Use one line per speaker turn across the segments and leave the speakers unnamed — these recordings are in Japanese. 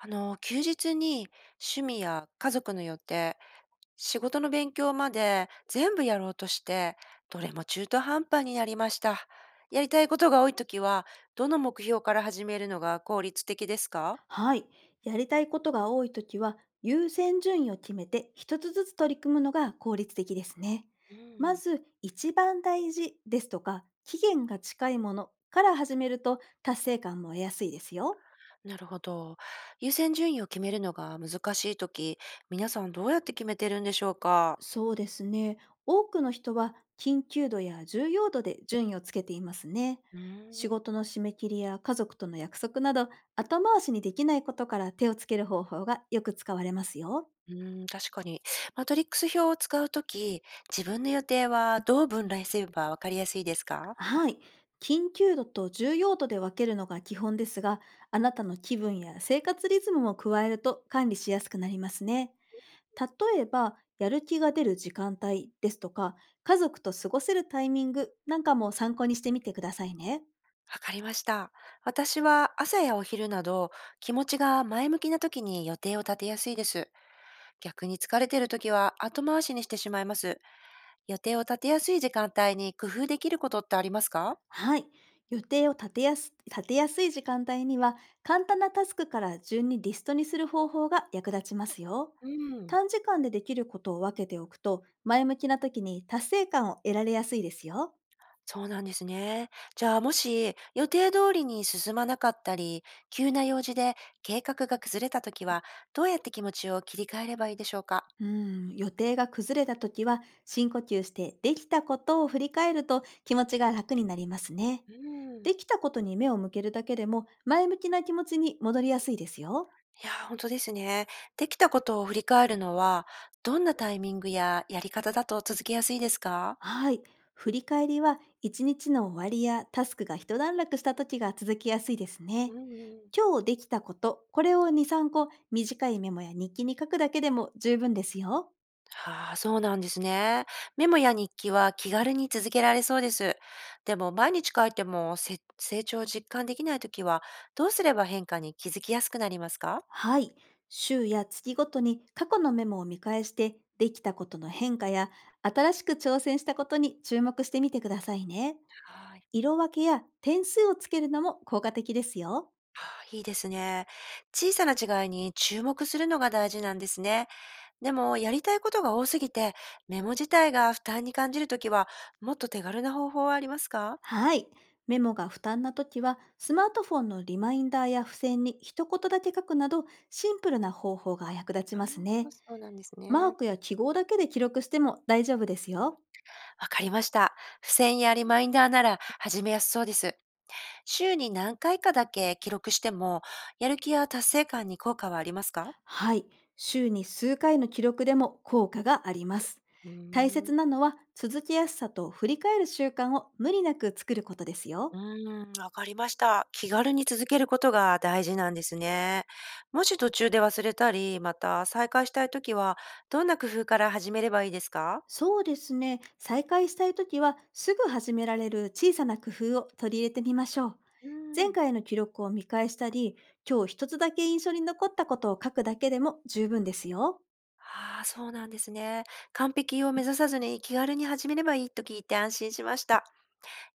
休日に趣味や家族の予定、仕事の勉強まで全部やろうとして、どれも中途半端になりました。やりたいことが多いときは、どの目標から始めるのが効率的ですか？
はい。やりたいことが多いときは、優先順位を決めて一つずつ取り組むのが効率的ですね。
う
ま
ん、
ず、一番大事ですとか、期限が近いものから始めると達成感も得やすいですよ。
なるほど。優先順位を決めるのが難しいとき、皆さんどうやって決めてるんでしょうか？
そうですね。多くの人は緊急度や重要度で順位をつけていますね。
うー
仕
ん、
事の締め切りや家族との約束など、後回しにできないことから手をつける方法がよく使われますよ。
うーん、確かに。マトリックス表を使うとき、自分の予定はどう分類すればわかりやすいですか？
はい。緊急度と重要度で分けるのが基本ですが、あなたの気分や生活リズムも加えると管理しやすくなりますね。例えば、やる気が出る時間帯ですとか、家族と過ごせるタイミングなんかも参考にしてみてくださいね。
わかりました。私は朝やお昼など気持ちが前向きな時に予定を立てやすいです。逆に疲れてる時は後回しにしてしまいます。予定を立てやすい時間帯に工夫できることってありますか？
はい。予定を立てやすい時間帯には、簡単なタスクから順にリストにする方法が役立ちますよ。
うん、
短時間でできることを分けておくと、前向きな時に達成感を得られやすいですよ。
そうなんですね。じゃあもし予定通りに進まなかったり、急な用事で計画が崩れた時はどうやって気持ちを切り替えればいいでしょうか？
うん、予定が崩れた時は深呼吸してできたことを振り返ると気持ちが楽になりますね。
うん。
できたことに目を向けるだけでも前向きな気持ちに戻りやすいですよ。
いやー、ほんですね。できたことを振り返るのは、どんなタイミングややり方だと続けやすいですか？
はい。振り返りは一日の終わりやタスクが一段落した時が続きやすいですね。
うんうん。
今日できたこと、これを2、3個短いメモや日記に書くだけでも十分ですよ。
はあ、そうなんですね。メモや日記は気軽に続けられそうです。でも毎日書いても、せ成長を実感できないときは、どうすれば変化に気づきやすくなりますか？
はい。週や月ごとに過去のメモを見返して、できたことの変化や、新しく挑戦したことに注目してみてくださいね。
はい。
色分けや点数をつけるのも効果的ですよ。
はあ、いいですね。小さな違いに注目するのが大事なんですね。でも、やりたいことが多すぎて、メモ自体が負担に感じるときは、もっと手軽な方法はありますか？
はい。メモが負担な時は、スマートフォンのリマインダーや付箋に一言だけ書くなど、シンプルな方法が役立ち
あ
ますね。
あ、そうなんです
マー
ね。
クや記号だけで記録しても大丈夫ですよ。
わかりました。付箋やリマインダーなら始めやすそうです。週に何回かだけ記録しても、やる気や達成感に効果はありますか？
はい、週に数回の記録でも効果があります。
うー
大切
ん、
なのは続けやすさと振り返る習慣を無理なく作ることですよ。
うーん、わかりました。気軽に続けることが大事なんですね。もし途中で忘れたり、また再開したいときは、どんな工夫から始めればいいですか？
そうですね、再開したいときはすぐ始められる小さな工夫を取り入れてみましょう。
うー
前
ん。
回の記録を見返したり、今日一つだけ印象に残ったことを書くだけでも十分ですよ。
ああ、そうなんですね。完璧を目指さずに気軽に始めればいいと聞いて安心しました。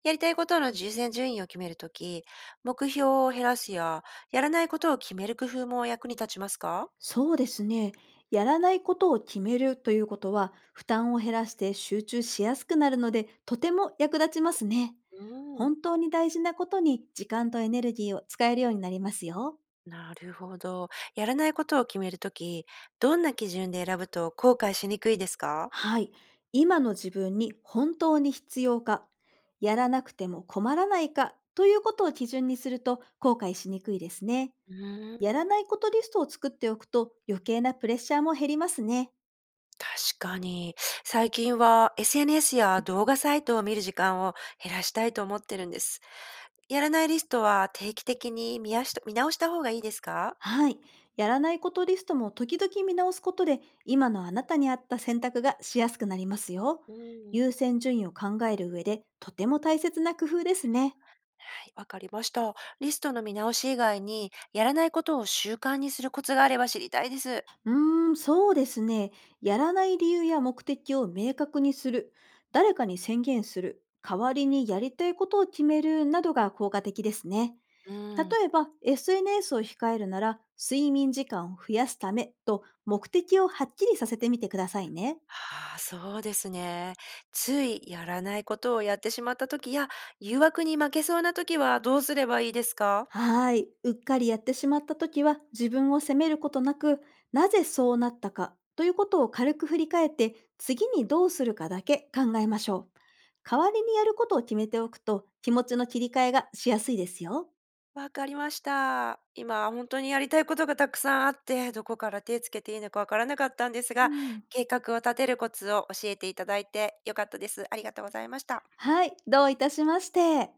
やりたいことの優先順位を決めるとき、目標を減らすや、やらないことを決める工夫も役に立ちますか？
そうですね。やらないことを決めるということは、負担を減らして集中しやすくなるので、とても役立ちますね。
うん、
本当に大事なことに時間とエネルギーを使えるようになりますよ。
なるほど。やらないことを決めるとき、どんな基準で選ぶと後悔しにくいですか？
はい。今の自分に本当に必要か、やらなくても困らないかということを基準にすると後悔しにくいですね。
うー
やら
ん。
ないことリストを作っておくと余計なプレッシャーも減りますね。
確かに。最近は SNS や動画サイトを見る時間を減らしたいと思ってるんです。やらないリストは定期的に見やし見直した方がいいですか？
はい。やらないことリストも時々見直すことで、今のあなたに合った選択がしやすくなりますよ。
うん、
優先順位を考える上で、とても大切な工夫ですね。
はい、わかりました。リストの見直し以外に、やらないことを習慣にするコツがあれば知りたいです。
そうですね。やらない理由や目的を明確にする。誰かに宣言する。代わりにやりたいことを決めるなどが効果的ですね。
うん、
例えば、SNS を控えるなら、睡眠時間を増やすためと目的をはっきりさせてみてくださいね。
ああ、そうですね。ついやらないことをやってしまった時や、誘惑に負けそうな時はどうすればいいですか？
はい。うっかりやってしまった時は自分を責めることなく、なぜそうなったかということを軽く振り返って、次にどうするかだけ考えましょう。代わりにやることを決めておくと気持ちの切り替えがしやすいですよ。
わかりました。今、本当にやりたいことがたくさんあって、どこから手つけていいのかわからなかったんです
う
が、
ん。
計画を立てるコツを教えていただいて良かったです。ありがとうございました。
はい。どういたしまして。